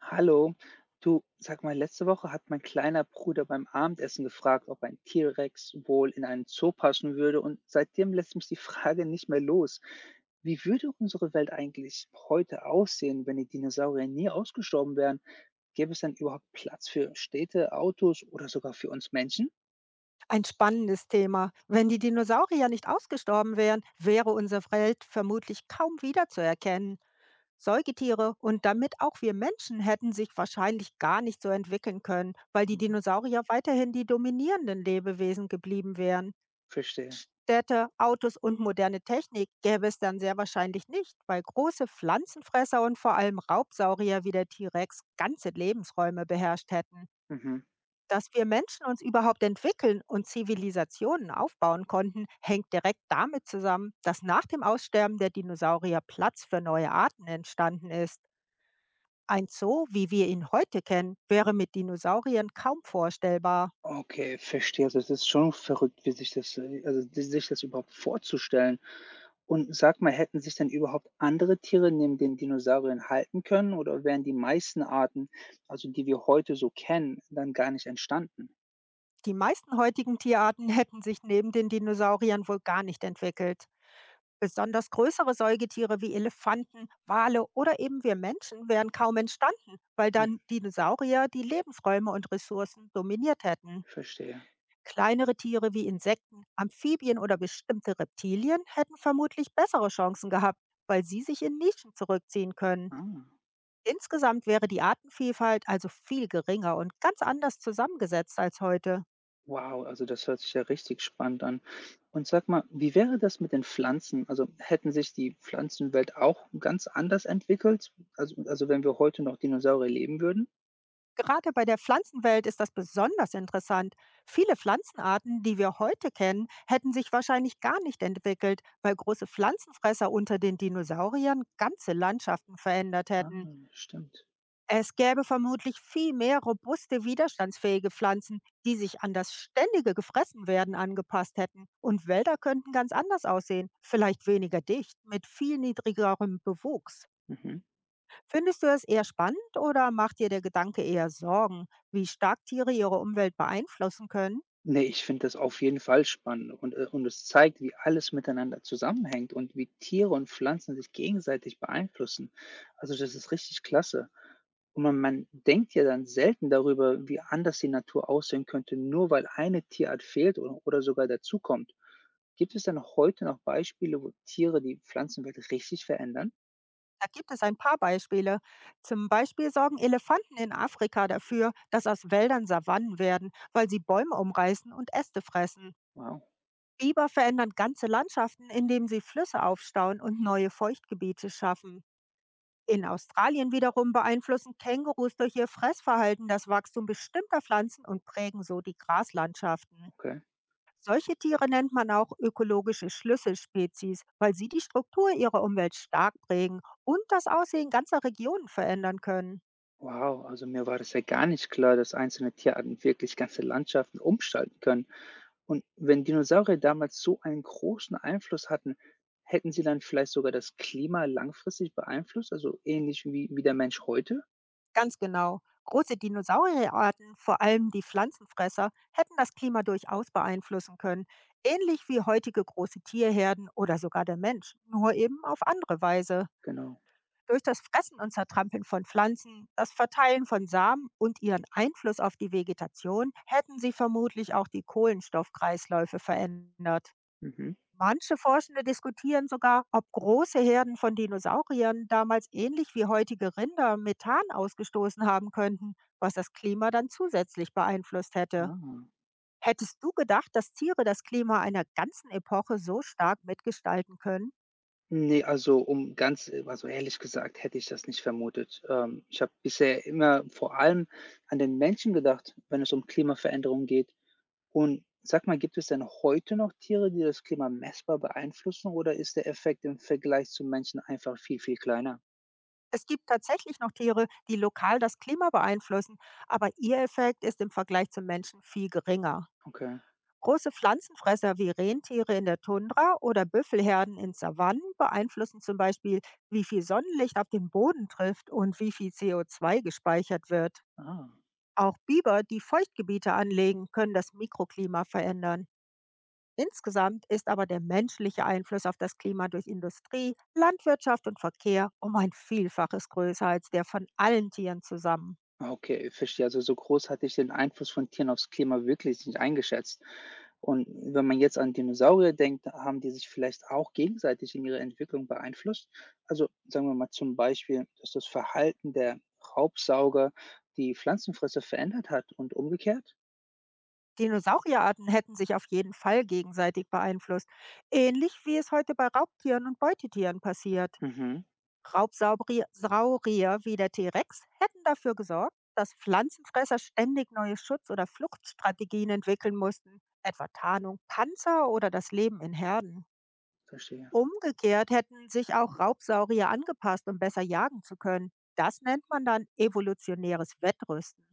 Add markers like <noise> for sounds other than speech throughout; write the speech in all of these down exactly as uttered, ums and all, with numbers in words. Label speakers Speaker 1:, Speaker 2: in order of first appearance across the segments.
Speaker 1: Hallo, du, sag mal, letzte Woche hat mein kleiner Bruder beim Abendessen gefragt, ob ein T-Rex wohl in einen Zoo passen würde und seitdem lässt mich die Frage nicht mehr los. Wie würde unsere Welt eigentlich heute aussehen, wenn die Dinosaurier nie ausgestorben wären? Gäbe es dann überhaupt Platz für Städte, Autos oder sogar für uns Menschen?
Speaker 2: Ein spannendes Thema. Wenn die Dinosaurier nicht ausgestorben wären, wäre unsere Welt vermutlich kaum wiederzuerkennen. Säugetiere und damit auch wir Menschen hätten sich wahrscheinlich gar nicht so entwickeln können, weil die
Speaker 1: Mhm,
Speaker 2: Dinosaurier weiterhin die dominierenden Lebewesen geblieben wären.
Speaker 1: verstehe.
Speaker 2: Städte, Autos und moderne Technik gäbe es dann sehr wahrscheinlich nicht, weil große Pflanzenfresser und vor allem Raubsaurier wie der T-Rex ganze Lebensräume beherrscht hätten.
Speaker 1: Mhm.
Speaker 2: Dass wir Menschen uns überhaupt entwickeln und Zivilisationen aufbauen konnten, hängt direkt damit zusammen, dass nach dem Aussterben der Dinosaurier Platz für neue Arten entstanden ist. Ein Zoo, wie wir ihn heute kennen, wäre mit Dinosauriern kaum vorstellbar.
Speaker 1: Okay, verstehe. Also es ist schon verrückt, wie sich das, äh, also wie sich das überhaupt vorzustellen. Und sag mal, hätten sich denn überhaupt andere Tiere neben den Dinosauriern halten können oder wären die meisten Arten, also die wir heute so kennen, dann gar nicht entstanden?
Speaker 2: Die meisten heutigen Tierarten <laughs> hätten sich neben den Dinosauriern wohl gar nicht entwickelt. Besonders größere Säugetiere wie Elefanten, Wale oder eben wir Menschen wären kaum entstanden, weil
Speaker 1: Hm,
Speaker 2: dann Dinosaurier die Lebensräume und Ressourcen dominiert hätten.
Speaker 1: verstehe.
Speaker 2: Kleinere Tiere wie Insekten, Amphibien oder bestimmte Reptilien hätten vermutlich bessere Chancen gehabt, weil sie sich in Nischen zurückziehen können.
Speaker 1: Ah,
Speaker 2: Insgesamt wäre die Artenvielfalt also viel geringer und ganz anders zusammengesetzt als heute.
Speaker 1: wow, also das hört sich ja richtig spannend an. Und sag mal, wie wäre das mit den Pflanzen? Also hätten sich die Pflanzenwelt auch ganz anders entwickelt? Also, also wenn wir heute noch Dinosaurier leben würden?
Speaker 2: Gerade bei der Pflanzenwelt ist das besonders interessant. Viele Pflanzenarten, die wir heute kennen, hätten sich wahrscheinlich gar nicht entwickelt, weil große Pflanzenfresser unter den Dinosauriern ganze Landschaften verändert
Speaker 1: Ah,
Speaker 2: hätten.
Speaker 1: stimmt.
Speaker 2: Es gäbe vermutlich viel mehr robuste, widerstandsfähige Pflanzen, die sich an das ständige Gefressenwerden angepasst hätten. Und Wälder könnten ganz anders aussehen, vielleicht weniger dicht, mit viel niedrigerem Bewuchs.
Speaker 1: Mhm.
Speaker 2: Findest du es eher spannend oder macht dir der Gedanke eher Sorgen, wie stark Tiere ihre Umwelt beeinflussen können?
Speaker 1: Ne, ich finde das auf jeden Fall spannend und, äh und es zeigt, wie alles miteinander zusammenhängt und wie Tiere und Pflanzen sich gegenseitig beeinflussen. Also, das ist richtig klasse. Und man man denkt ja dann selten darüber, wie anders die Natur aussehen könnte, nur weil eine Tierart fehlt oder oder sogar dazukommt. Gibt es denn heute noch Beispiele, wo Tiere die Pflanzenwelt richtig verändern?
Speaker 2: Da gibt es ein paar Beispiele. Zum Beispiel sorgen Elefanten in Afrika dafür, dass aus Wäldern Savannen werden, weil sie Bäume umreißen und Äste fressen.
Speaker 1: Wow,
Speaker 2: Biber verändern ganze Landschaften, indem sie Flüsse aufstauen und neue Feuchtgebiete schaffen. In Australien wiederum beeinflussen Kängurus durch ihr Fressverhalten das Wachstum bestimmter Pflanzen und prägen so die Graslandschaften.
Speaker 1: okay.
Speaker 2: Solche Tiere nennt man auch ökologische Schlüsselspezies, weil sie die Struktur ihrer Umwelt stark prägen und das Aussehen ganzer Regionen verändern können.
Speaker 1: Wow, also mir war das ja gar nicht klar, dass einzelne Tierarten wirklich ganze Landschaften umgestalten können. Und wenn Dinosaurier damals so einen großen Einfluss hatten, hätten sie dann vielleicht sogar das Klima langfristig beeinflusst, also ähnlich wie wie der Mensch heute?
Speaker 2: Ganz genau. Große Dinosaurierarten, vor allem die Pflanzenfresser, hätten das Klima durchaus beeinflussen können, ähnlich wie heutige große Tierherden oder sogar der Mensch, nur eben auf andere Weise.
Speaker 1: Genau.
Speaker 2: Durch das Fressen und Zertrampeln von Pflanzen, das Verteilen von Samen und ihren Einfluss auf die Vegetation hätten sie vermutlich auch die Kohlenstoffkreisläufe verändert.
Speaker 1: Mhm.
Speaker 2: Manche Forschende diskutieren sogar, ob große Herden von Dinosauriern damals ähnlich wie heutige Rinder Methan ausgestoßen haben könnten, was das Klima dann zusätzlich beeinflusst hätte.
Speaker 1: Ah.
Speaker 2: Hättest du gedacht, dass Tiere das Klima einer ganzen Epoche so stark mitgestalten können?
Speaker 1: Ne, also, um ganz äh, also, ehrlich gesagt, hätte ich das nicht vermutet. Ähm, ich habe bisher immer vor allem an den Menschen gedacht, wenn es um Klimaveränderung geht. Und sag mal, gibt es denn heute noch Tiere, die das Klima messbar beeinflussen, oder ist der Effekt im Vergleich zu Menschen einfach viel, viel kleiner?
Speaker 2: Es gibt tatsächlich noch Tiere, die lokal das Klima beeinflussen, aber ihr Effekt ist im Vergleich zum Menschen viel geringer.
Speaker 1: Okay.
Speaker 2: Große Pflanzenfresser wie Rentiere in der Tundra oder Büffelherden in Savannen beeinflussen zum Beispiel, wie viel Sonnenlicht auf den Boden trifft und wie viel C O zwei gespeichert wird.
Speaker 1: Ah.
Speaker 2: Auch Biber, die Feuchtgebiete anlegen, können das Mikroklima verändern. Insgesamt ist aber der menschliche Einfluss auf das Klima durch Industrie, Landwirtschaft und Verkehr um ein Vielfaches größer als der von allen Tieren zusammen.
Speaker 1: Ah, okay, verstehe. Also so groß hatte ich den Einfluss von Tieren aufs Klima wirklich nicht eingeschätzt. Und wenn man jetzt an Dinosaurier denkt, haben die sich vielleicht auch gegenseitig in ihrer Entwicklung beeinflusst. Also sagen wir mal zum Beispiel, dass das Verhalten der Raubsauger die Pflanzenfresser verändert hat und umgekehrt.
Speaker 2: Dinosaurierarten hätten sich auf jeden Fall gegenseitig beeinflusst, ähnlich wie es heute bei Raubtieren und Beutetieren passiert.
Speaker 1: Mhm,
Speaker 2: Raubsaurier Saurier wie der T-Rex hätten dafür gesorgt, dass Pflanzenfresser ständig neue Schutz- oder Fluchtstrategien entwickeln mussten, etwa Tarnung, Panzer oder das Leben in Herden.
Speaker 1: verstehe.
Speaker 2: Umgekehrt hätten sich auch Raubsaurier angepasst, um besser jagen zu können. Das nennt man dann evolutionäres Wettrüsten.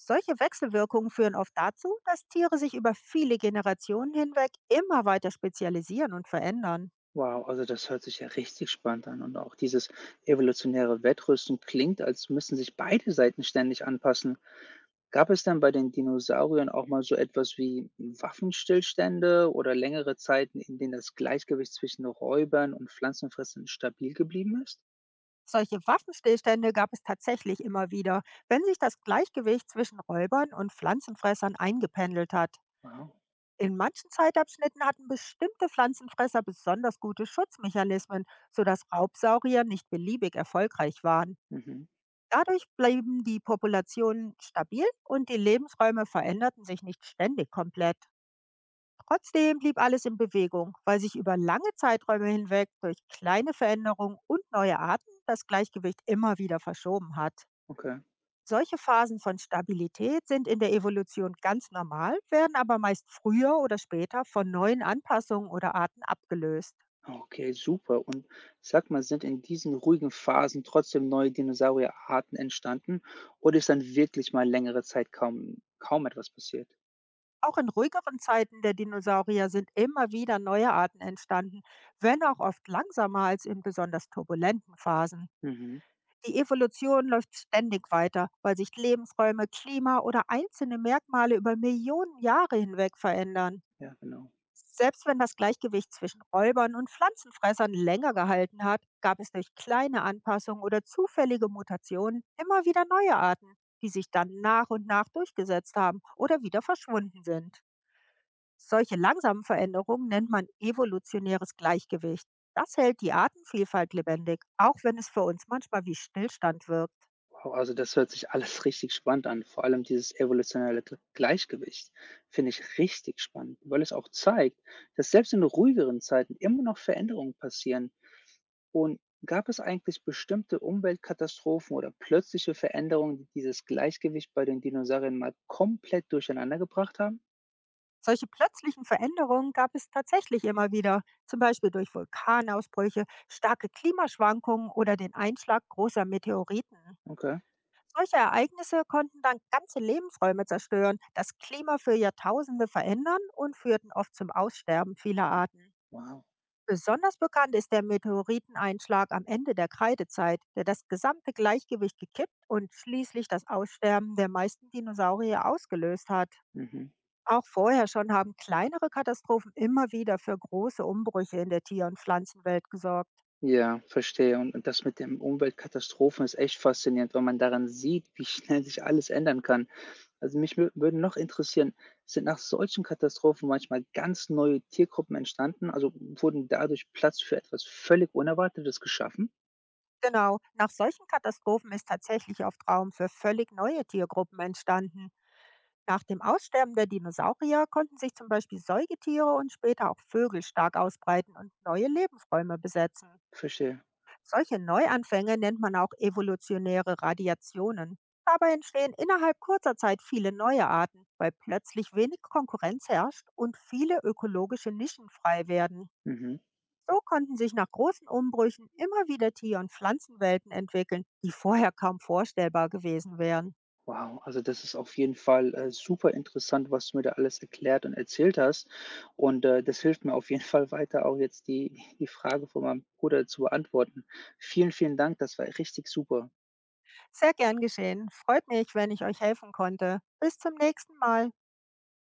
Speaker 2: Solche Wechselwirkungen führen oft dazu, dass Tiere sich über viele Generationen hinweg immer weiter spezialisieren und verändern.
Speaker 1: Wow, also das hört sich ja richtig spannend an. Und auch dieses evolutionäre Wettrüsten klingt, als müssen sich beide Seiten ständig anpassen. Gab es denn bei den Dinosauriern auch mal so etwas wie Waffenstillstände oder längere Zeiten, in denen das Gleichgewicht zwischen Räubern und Pflanzenfressern stabil geblieben ist?
Speaker 2: Solche Waffenstillstände gab es tatsächlich immer wieder, wenn sich das Gleichgewicht zwischen Räubern und Pflanzenfressern eingependelt hat.
Speaker 1: Wow.
Speaker 2: In manchen Zeitabschnitten hatten bestimmte Pflanzenfresser besonders gute Schutzmechanismen, sodass Raubsaurier nicht beliebig erfolgreich waren.
Speaker 1: Mhm.
Speaker 2: Dadurch blieben die Populationen stabil und die Lebensräume veränderten sich nicht ständig komplett. Trotzdem blieb alles in Bewegung, weil sich über lange Zeiträume hinweg durch kleine Veränderungen und neue Arten das Gleichgewicht immer wieder verschoben hat.
Speaker 1: Okay.
Speaker 2: Solche Phasen von Stabilität sind in der Evolution ganz normal, werden aber meist früher oder später von neuen Anpassungen oder Arten abgelöst.
Speaker 1: Okay, super. Und sag mal, sind in diesen ruhigen Phasen trotzdem neue Dinosaurierarten entstanden oder ist dann wirklich mal längere Zeit kaum, kaum etwas passiert?
Speaker 2: Auch in ruhigeren Zeiten der Dinosaurier sind immer wieder neue Arten entstanden, wenn auch oft langsamer als in besonders turbulenten Phasen.
Speaker 1: Mhm.
Speaker 2: Die Evolution läuft ständig weiter, weil sich Lebensräume, Klima oder einzelne Merkmale über Millionen Jahre hinweg verändern.
Speaker 1: Ja, genau.
Speaker 2: Selbst wenn das Gleichgewicht zwischen Räubern und Pflanzenfressern länger gehalten hat, gab es durch kleine Anpassungen oder zufällige Mutationen immer wieder neue Arten, die sich dann nach und nach durchgesetzt haben oder wieder verschwunden sind. Solche langsamen Veränderungen nennt man evolutionäres Gleichgewicht. Das hält die Artenvielfalt lebendig, auch wenn es für uns manchmal wie Stillstand wirkt.
Speaker 1: Wow, also das hört sich alles <laughs> richtig spannend an. Vor allem dieses evolutionäre Gl- Gleichgewicht finde ich richtig spannend, weil es auch zeigt, dass selbst in ruhigeren Zeiten immer noch Veränderungen passieren. Und gab es eigentlich bestimmte Umweltkatastrophen oder plötzliche Veränderungen, die dieses Gleichgewicht bei den Dinosauriern mal komplett durcheinander gebracht haben?
Speaker 2: Solche plötzlichen Veränderungen gab es tatsächlich immer wieder, zum Beispiel durch Vulkanausbrüche, starke Klimaschwankungen oder den Einschlag großer Meteoriten.
Speaker 1: Okay,
Speaker 2: Solche Ereignisse konnten dann ganze Lebensräume zerstören, das Klima für Jahrtausende verändern und führten oft zum Aussterben vieler Arten.
Speaker 1: wow.
Speaker 2: Besonders bekannt ist der Meteoriteneinschlag am Ende der Kreidezeit, der das gesamte Gleichgewicht gekippt und schließlich das Aussterben der meisten Dinosaurier ausgelöst hat.
Speaker 1: Mhm.
Speaker 2: Auch vorher schon haben kleinere Katastrophen immer wieder für große Umbrüche in der Tier- und Pflanzenwelt gesorgt.
Speaker 1: Ja, verstehe. Und und das mit den Umweltkatastrophen ist echt faszinierend, weil man daran sieht, wie schnell sich alles ändern kann. Also mich wür würde noch interessieren, sind nach solchen Katastrophen manchmal ganz neue Tiergruppen entstanden? Also wurden dadurch Platz für etwas völlig Unerwartetes geschaffen?
Speaker 2: Genau, nach solchen Katastrophen ist tatsächlich oft Raum für völlig neue Tiergruppen entstanden. Nach dem Aussterben der Dinosaurier konnten sich zum Beispiel Säugetiere und später auch Vögel stark ausbreiten und neue Lebensräume besetzen.
Speaker 1: Verstehe.
Speaker 2: Solche Neuanfänge nennt man auch evolutionäre Radiationen. Dabei entstehen innerhalb kurzer Zeit viele neue Arten, weil plötzlich wenig Konkurrenz herrscht und viele ökologische Nischen frei werden.
Speaker 1: Mhm.
Speaker 2: So konnten sich nach großen Umbrüchen immer wieder Tier- und Pflanzenwelten entwickeln, die vorher kaum vorstellbar gewesen wären.
Speaker 1: Wow, also das ist auf jeden Fall äh, super interessant, was du mir da alles erklärt und erzählt hast. Und äh, das hilft mir auf jeden Fall weiter, auch jetzt die, die Frage von meinem Bruder zu beantworten. Vielen, vielen Dank, das war richtig super.
Speaker 2: Sehr gern geschehen. Freut mich, wenn ich euch helfen konnte. Bis zum nächsten Mal.